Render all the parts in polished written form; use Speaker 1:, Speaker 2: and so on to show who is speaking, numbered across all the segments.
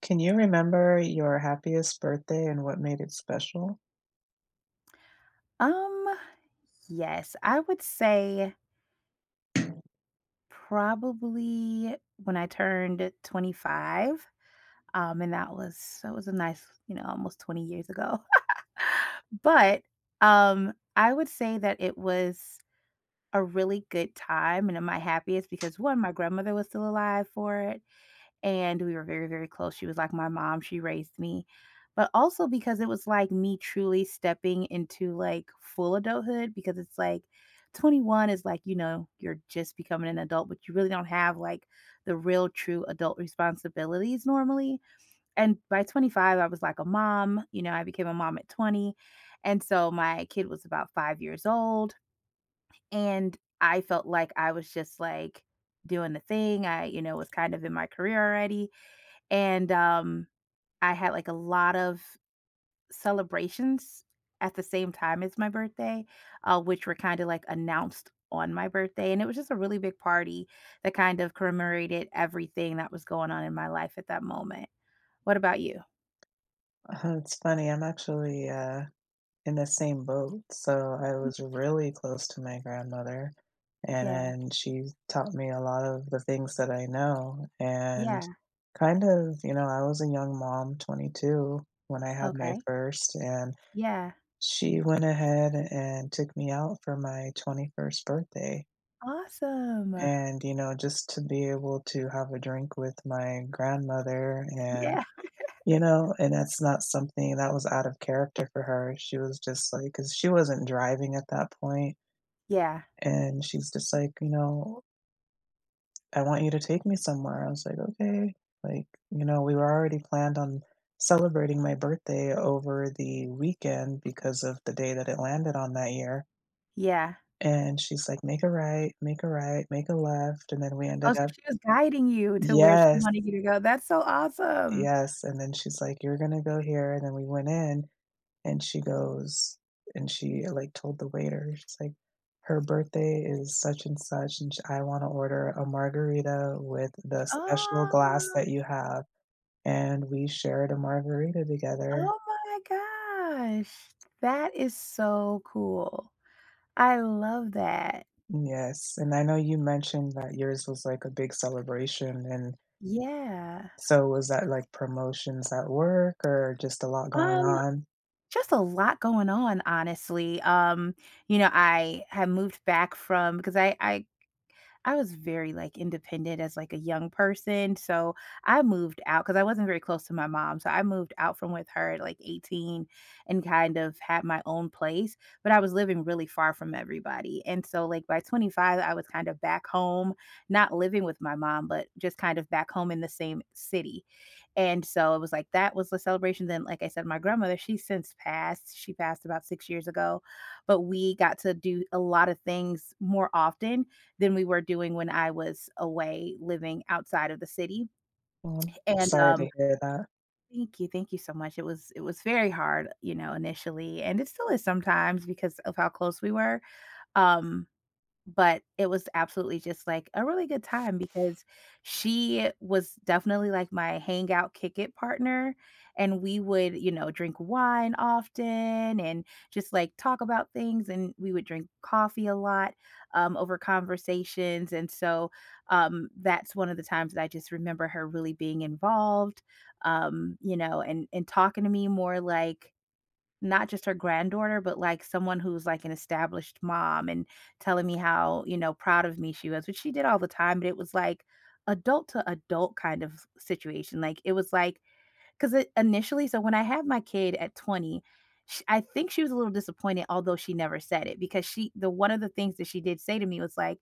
Speaker 1: Can you remember your happiest birthday and what made it special?
Speaker 2: Um, yes, I would say probably when I turned 25. And that was a nice, almost 20 years ago. But I would say that it was a really good time and my happiest because one, my grandmother was still alive for it. And we were very, very close. She was like my mom, she raised me. But also because it was like me truly stepping into like full adulthood because it's like 21 is like, you're just becoming an adult, but you really don't have like the real true adult responsibilities normally. And by 25, I was like a mom, I became a mom at 20. And so my kid was about five years old. And I felt like I was just like doing the thing. I was kind of in my career already and, I had, like, a lot of celebrations at the same time as my birthday, which were kinda, like, announced on my birthday, and it was just a really big party that kind of commemorated everything that was going on in my life at that moment. What about you?
Speaker 1: It's funny, I'm actually, in the same boat, so I
Speaker 2: Mm,
Speaker 1: was really close to my grandmother, and
Speaker 2: yeah.
Speaker 1: then she taught me a lot of the things that I know, and
Speaker 2: Yeah.
Speaker 1: kind of, you know, I was a young mom, 22, when I had my
Speaker 2: Okay.
Speaker 1: first, and
Speaker 2: Yeah.
Speaker 1: she went ahead and took me out for my 21st birthday.
Speaker 2: Awesome.
Speaker 1: And, you know, just to be able to have a drink with my grandmother and
Speaker 2: Yeah.
Speaker 1: you know, and that's not something that was out of character for her. She was just like, because she wasn't driving at that point,
Speaker 2: Yeah.
Speaker 1: and she's just like, "You know, I want you to take me somewhere." I was like, "Okay." Like, you know, we were already planned on celebrating my birthday over the weekend because of the day that it landed on that year,
Speaker 2: Yeah.
Speaker 1: and she's like, "Make a right, make a right, make a left," and then we
Speaker 2: Oh,
Speaker 1: ended
Speaker 2: so
Speaker 1: up.
Speaker 2: she was guiding you to where she
Speaker 1: Yes.
Speaker 2: wanted you to go. That's so awesome.
Speaker 1: Yes, and then she's like, "You're gonna go here," and then we went in, and she goes and she, like, told the waiter, she's like, "Her birthday is such and such, and sh I wanna order a margarita with the special glass
Speaker 2: Oh.
Speaker 1: that you have," and we shared a margarita together.
Speaker 2: Oh my gosh. That is so cool. I love that.
Speaker 1: Yes, and I know you mentioned that yours was, like, a big celebration, and
Speaker 2: Yeah.
Speaker 1: so was that, like, promotions at work or just a lot going
Speaker 2: Um,
Speaker 1: on?
Speaker 2: just a lot going on, honestly. You know, I have moved back from because I was very, like, independent as, like, a young person, so I moved out because I wasn't very close to my mom, so I moved out from with her at, like, 18 and kind of had my own place, but I was living really far from everybody, and so, like, by 25, I was kind of back home, not living with my mom, but just kind of back home in the same city, and so it was like that was the celebration, then, like I said, my grandmother, she's since passed, she passed about 6 years ago, but we got to do a lot of things more often, than we were doing when I was away living outside of the city,
Speaker 1: Well,
Speaker 2: and,
Speaker 1: sorry to hear that.
Speaker 2: thank you, thank you so much. It was very hard, you know, initially, and it still is sometimes because of how close we were, um, but it was absolutely just, like, a really good time because she was definitely, like, my hangout, kick it partner, and we would, you know, drink wine often and just, like, talk about things, and we would drink coffee a lot, over conversations, and so, that's one of the times that I just remember her really being involved, you know, and talking to me more like not just her granddaughter, but, like, someone who's, like, an established mom and telling me how, you know, proud of me she was, which she did all the time, but it was, like, adult to adult kind of situation, like, it was, like because initially so when I had my kid at 20, sh I think she was a little disappointed, although she never said it because she the one of the things that she did say to me was, like,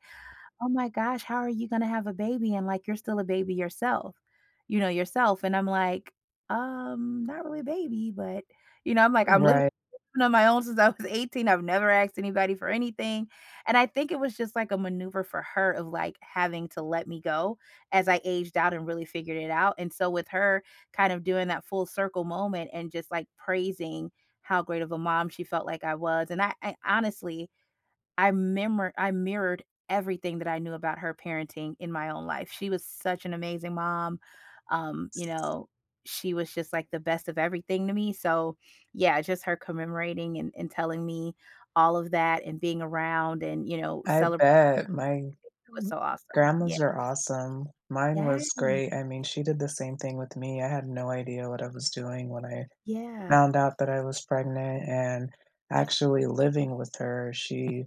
Speaker 2: "Oh my gosh, how are you gonna have a baby and, like, you're still a baby yourself, you know, yourself?" And I'm, like, " not really a baby, but" you know, I'm, like, "I'm living
Speaker 1: Right.
Speaker 2: lived on my own since I was 18. I've never asked anybody for anything. And I think it was just like a maneuver for her of like having to let me go as I aged out and really figured it out. And so with her kind of doing that full circle moment and just like praising how great of a mom she felt like I was. And I honestly I mirrored everything that I knew about her parenting in my own life. She was such an amazing mom. You know, she was just like the best of everything to me. So, yeah, just her commemorating and telling me all of that and being around and, you know,
Speaker 1: I
Speaker 2: celebrating
Speaker 1: bet. My
Speaker 2: was so awesome. Yeah.
Speaker 1: grandmas are awesome. Mine
Speaker 2: Yeah.
Speaker 1: was great. I mean, she did the same thing with me. I had no idea what I was doing when I
Speaker 2: Yeah.
Speaker 1: found out that I was pregnant and actually living with her. She,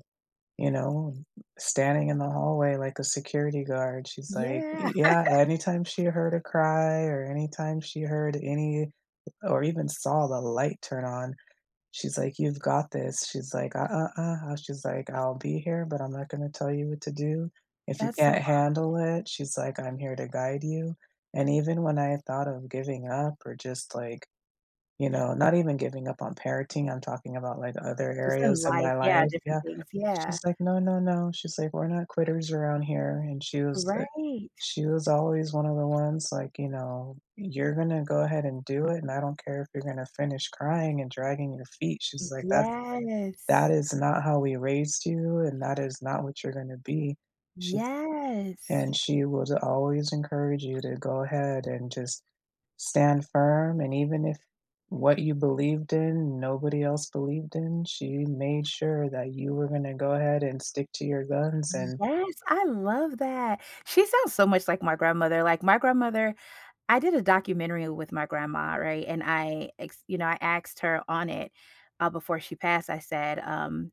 Speaker 1: you know, standing in the hallway like a security guard, she's like,
Speaker 2: Yeah.
Speaker 1: yeah, anytime she heard a cry or anytime she heard any or even saw the light turn on. She's like, "You've got this." She's like, "I'll be here, but I'm not gonna tell you what to do. If you
Speaker 2: That's so
Speaker 1: can't
Speaker 2: aw
Speaker 1: handle it," she's like, "I'm here to guide you." And even when I thought of giving up or just, like, you know, not even giving up on parenting, I'm talking about, like, other
Speaker 2: Just in
Speaker 1: areas of
Speaker 2: life.
Speaker 1: my
Speaker 2: Yeah,
Speaker 1: life,
Speaker 2: different
Speaker 1: yeah.
Speaker 2: things. Yeah.
Speaker 1: She's like, "No, no, no," she's like, "We're not quitters around here," and
Speaker 2: Right.
Speaker 1: she was always one of the ones, like, you know, "You're gonna go ahead and do it, and I don't care if you're gonna finish crying and dragging your feet," she's like, that
Speaker 2: Yes.
Speaker 1: is not how we raised you, and that is not what you're gonna be," she's
Speaker 2: Yes.
Speaker 1: and she would always encourage you to go ahead and just stand firm. And even if what you believed in, nobody else believed in, she made sure that you were going to go ahead and stick to your guns. And
Speaker 2: Yes, I love that. She sounds so much like my grandmother. Like my grandmother, I did a documentary with my grandma, right? And I you know, I asked her on it before she passed. I said,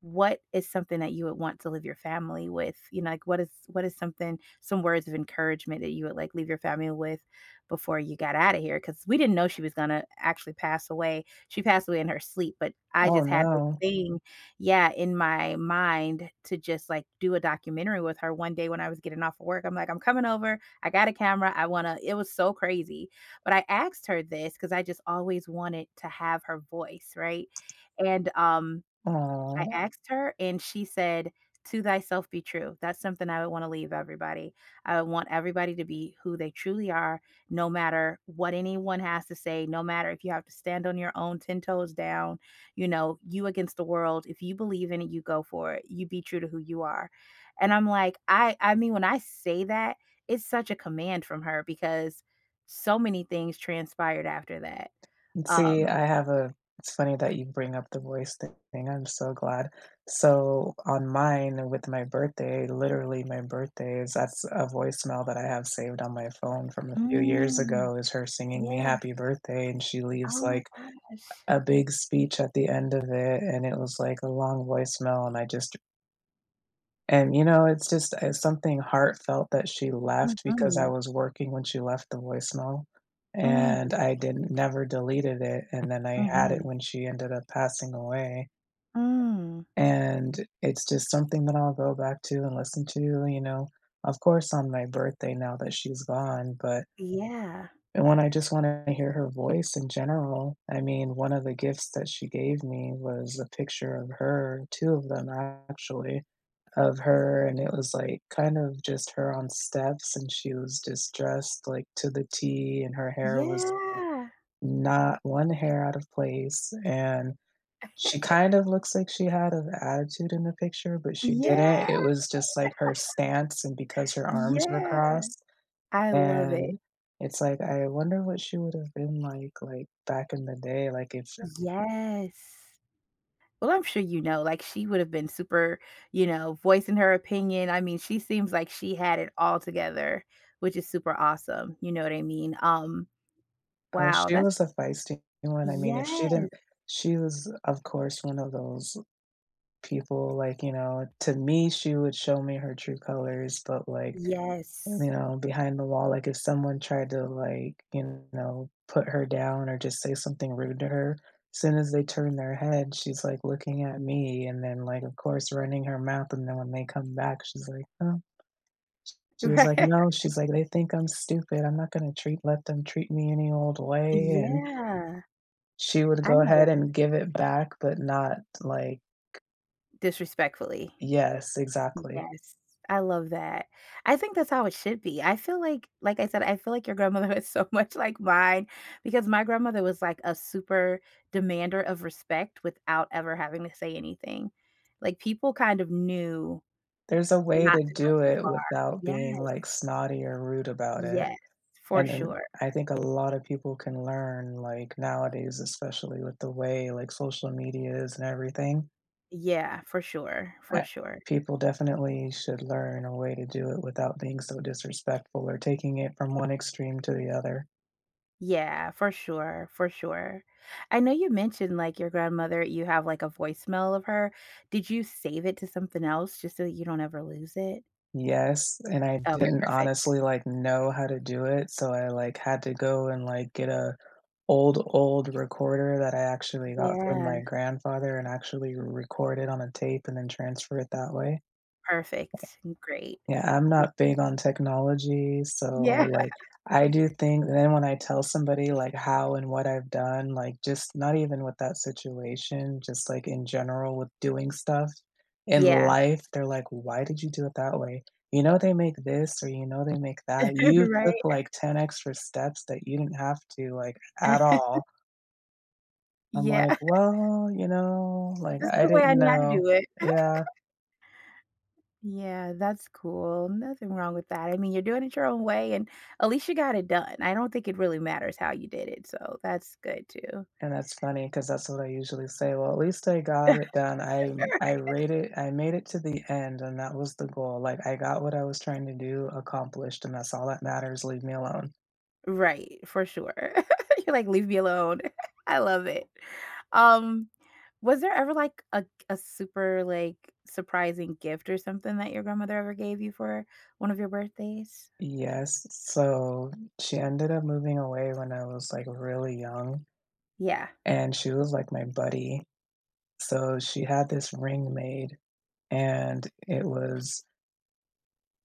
Speaker 2: what is something that you would want to leave your family with? You know, like what is something some words of encouragement that you would like leave your family with before you got out of here? Because we didn't know she was gonna actually pass away. She passed away in her sleep, but I
Speaker 1: oh
Speaker 2: just had this
Speaker 1: no,
Speaker 2: thing, yeah, in my mind to just like do a documentary with her one day when I was getting off of work. I'm like, I'm coming over. I got a camera. I wanna. It was so crazy, but I asked her this because I just always wanted to have her voice, right? And I
Speaker 1: oh,
Speaker 2: asked her, and she said, "To thyself be true." That's something I would wanna leave everybody. I would want everybody to be who they truly are, no matter what anyone has to say, no matter if you have to stand on your own 10 toes down, you know, you against the world. If you believe in it, you go for it. You be true to who you are. And I'm like, I mean, when I say that, it's such a command from her because so many things transpired after that.
Speaker 1: see,
Speaker 2: Um
Speaker 1: I have a it's funny that you bring up the voice thing, I'm so glad. So, on mine with my birthday, literally my birthday is that's a voicemail that I have saved on my phone from a few years
Speaker 2: Mm.
Speaker 1: ago is her singing me
Speaker 2: Yeah.
Speaker 1: happy birthday, and she leaves,
Speaker 2: Oh my
Speaker 1: like,
Speaker 2: gosh.
Speaker 1: a big speech at the end of it, and it was, like, a long voicemail, and I just and, you know, it's just it's something heartfelt that she left because I
Speaker 2: Mhm.
Speaker 1: was working when she left the voicemail,
Speaker 2: Mm,
Speaker 1: and I didn't never deleted it, and then I had it
Speaker 2: mhm.
Speaker 1: when she ended up passing away,
Speaker 2: Mm.
Speaker 1: and it's just something that I'll go back to and listen to, you know, of course, on my birthday now that she's gone, but
Speaker 2: Yeah.
Speaker 1: and when I just wanna hear her voice in general. I mean, one of the gifts that she gave me was a picture of her, two of them actually of her, and it was, like, kind of just her on steps, and she was just dressed, like, to the T, and her hair was
Speaker 2: Yeah.
Speaker 1: not one hair out of place, and she kind of looks like she had an attitude in the picture, but she didn't.
Speaker 2: Yeah.
Speaker 1: It was just, like, her stance and because her arms were
Speaker 2: Yeah.
Speaker 1: crossed,
Speaker 2: I love it.
Speaker 1: and it's like, I wonder what she would've been like, back in the day, like, if
Speaker 2: Yes. Well, I'm sure you know, like, she would have been super, you know, voicing her opinion. I mean, she seems like she had it all together, which is super awesome. You know what I mean?
Speaker 1: oh,
Speaker 2: Wow,
Speaker 1: she
Speaker 2: that's
Speaker 1: was a feisty one. I mean, if she
Speaker 2: yes.
Speaker 1: didn't she was, of course, one of those people, like, you know to me, she would show me her true colors, but, like,
Speaker 2: Yes.
Speaker 1: you know, behind the wall, like, if someone tried to, like, you know, put her down or just say something rude to her, soon as they turn their head, she's, like, looking at me and then, like, of course, running her mouth, and then when they come back, she's like, "Oh," she was like,
Speaker 2: Right.
Speaker 1: "No," she's like, "They think I'm stupid, I'm not gonna treat let them treat me any old way," and
Speaker 2: Yeah.
Speaker 1: she would
Speaker 2: I
Speaker 1: go
Speaker 2: know that
Speaker 1: ahead and give it back, but not like
Speaker 2: disrespectfully.
Speaker 1: yes, exactly.
Speaker 2: Yes, I love that. I think that's how it should be. I feel like I said, I feel like your grandmother was so much like mine because my grandmother was like a super demander of respect without ever having to say anything. Like people kind of knew
Speaker 1: There's a way
Speaker 2: not
Speaker 1: to
Speaker 2: to go
Speaker 1: do
Speaker 2: too
Speaker 1: it
Speaker 2: far.
Speaker 1: without being,
Speaker 2: Yes.
Speaker 1: like, snotty or rude about it,
Speaker 2: Yes, for
Speaker 1: and then
Speaker 2: sure.
Speaker 1: I think a lot of people can learn, like, nowadays, especially with the way, like, social media is and everything.
Speaker 2: Yeah, for sure, for
Speaker 1: I
Speaker 2: sure.
Speaker 1: people definitely should learn a way to do it without being so disrespectful or taking it from one extreme to the other.
Speaker 2: Yeah, for sure, for sure. I know you mentioned, like, your grandmother, you have, like, a voicemail of her. Did you save it to something else just so that you don't ever lose it?
Speaker 1: Yes, and I
Speaker 2: Okay,
Speaker 1: didn't
Speaker 2: perfect.
Speaker 1: honestly, like, know how to do it, so I, like, had to go and, like, get a old, old recorder that I actually got from
Speaker 2: Yeah,
Speaker 1: my grandfather and actually recorded on a tape and then transfer it that way.
Speaker 2: perfect, great.
Speaker 1: Yeah, I'm not big on technology, so,
Speaker 2: Yeah,
Speaker 1: like, I do think then when I tell somebody, like, how and what I've done, like, just not even with that situation, just, like, in general with doing stuff in
Speaker 2: yeah, yeah,
Speaker 1: life, they're like, "Why did you do it that way? You know they make this or you know they make that. You took,
Speaker 2: right?
Speaker 1: like, 10 extra steps that you didn't have to, like, at all." I'm
Speaker 2: Yeah,
Speaker 1: like, "Well, you know, like,
Speaker 2: this is
Speaker 1: I
Speaker 2: the way I
Speaker 1: didn't
Speaker 2: knew how to
Speaker 1: know."
Speaker 2: do it.
Speaker 1: Yeah.
Speaker 2: Yeah, that's cool, nothing wrong with that. I mean, you're doing it your own way, and at least you got it done. I don't think it really matters how you did it, so that's good too.
Speaker 1: And that's funny because that's what I usually say. Well, at least I got it done. I rate it. I made it to the end, and that was the goal. Like I got what I was trying to do accomplished, and that's all that matters. Leave me alone.
Speaker 2: Right, for sure. You're like, "Leave me alone." I love it. Um, was there ever, like, a super, like, surprising gift or something that your grandmother ever gave you for one of your birthdays?
Speaker 1: Yes. So she ended up moving away when I was like really young,
Speaker 2: Yeah,
Speaker 1: and she was like my buddy. So she had this ring made, and it was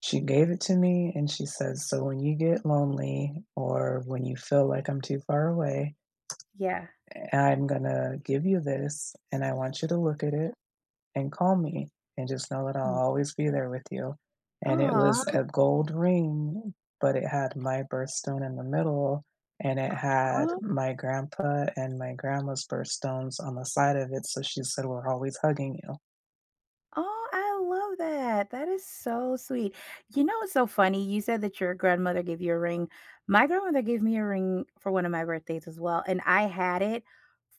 Speaker 1: she gave it to me, and she says, "So when you get lonely, or when you feel like I'm too far away.
Speaker 2: yeah.
Speaker 1: And I'm gonna give you this and I want you to look at it and call me and just know that I'll
Speaker 2: Oh.
Speaker 1: always be there with you." And it was a gold ring, but it had my birthstone in the middle and it had my grandpa and my grandma's birthstones on the side of it. So she said, "We're always hugging you."
Speaker 2: Oh, I love that. That is so sweet. You know what's so funny? You said that your grandmother gave you a ring. My grandmother gave me a ring for one of my birthdays as well, and I had it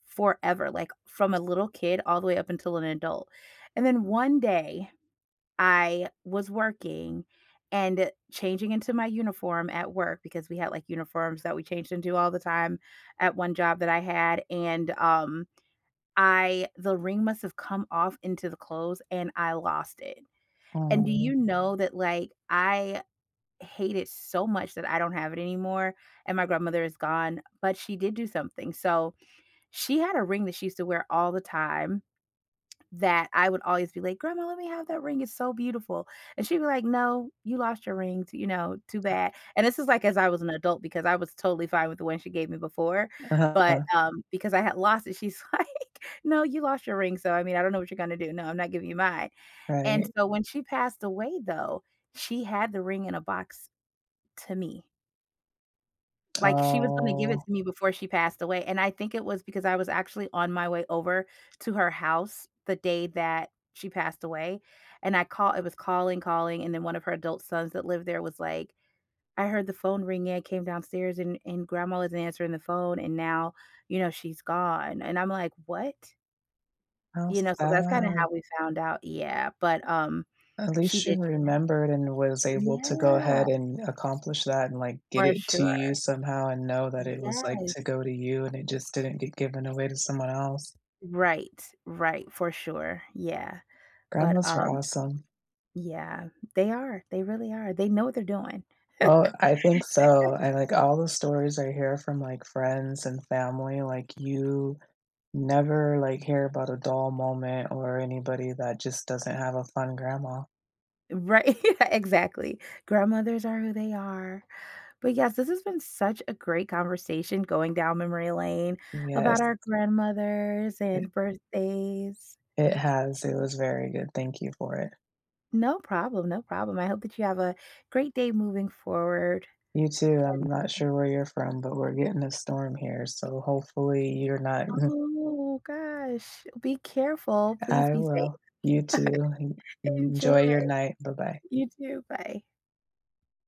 Speaker 2: forever, like from a little kid all the way up until an adult. And then one day I was working and changing into my uniform at work because we had like uniforms that we changed into all the time at one job that I had. And I the ring must have come off into the clothes and I lost it. And do you
Speaker 1: Oh,
Speaker 2: know that, like, I hate it so much that I don't have it anymore, and my grandmother is gone, but she did do something. So, she had a ring that she used to wear all the time that I would always be like, "Grandma, let me have that ring, it's so beautiful," and she'd be like, "No, you lost your ring, t you know, too bad," and this is, like, as I was an adult because I was totally fine with the one she gave me before, but, because I had lost it, she's like, "No, you lost your ring, so, I mean, I don't know what you're gonna do, no, I'm not giving you mine," and
Speaker 1: right.
Speaker 2: so when she passed away, though, she had the ring in a box to me. Like, she was gonna give it
Speaker 1: Oh,
Speaker 2: to me before she passed away, and I think it was because I was actually on my way over to her house the day that she passed away, and I call it was calling, calling, and then one of her adult sons that lived there was like, "I heard the phone ringing, I came downstairs and grandma wasn't answering the phone, and now, you know, she's gone," and I'm like, "What?"
Speaker 1: how
Speaker 2: You know, so that's kinda
Speaker 1: sad.
Speaker 2: how we found out yeah, but,
Speaker 1: At least she
Speaker 2: she
Speaker 1: remembered and was able to go
Speaker 2: yeah,
Speaker 1: ahead and accomplish that and, like, get
Speaker 2: for
Speaker 1: it to
Speaker 2: sure.
Speaker 1: you somehow and know that it was, like, to
Speaker 2: Yes.
Speaker 1: go to you and it just didn't get given away to someone else.
Speaker 2: Right, right, for sure, yeah. But,
Speaker 1: Grandmas are awesome.
Speaker 2: yeah, they are, they really are, they know what they're doing.
Speaker 1: Oh, I think so, and, like, all the stories I hear from, like, friends and family, like, you never, like, hear about a dull moment or anybody that just doesn't have a fun grandma.
Speaker 2: Right, exactly. Grandmothers are who they are. But, yes, this has been such a great conversation going down memory lane
Speaker 1: Yes,
Speaker 2: about our grandmothers
Speaker 1: it
Speaker 2: and birthdays.
Speaker 1: it has, it was very good, thank you for it.
Speaker 2: No problem, no problem. I hope that you have a great day moving forward
Speaker 1: You too. I'm
Speaker 2: and
Speaker 1: not sure where you're from, but we're getting a storm here, so hopefully you're not
Speaker 2: oh gosh, be careful, please
Speaker 1: I
Speaker 2: be safe,
Speaker 1: will. You too.
Speaker 2: enjoy.
Speaker 1: Enjoy your night. Bye-bye.
Speaker 2: You too, bye.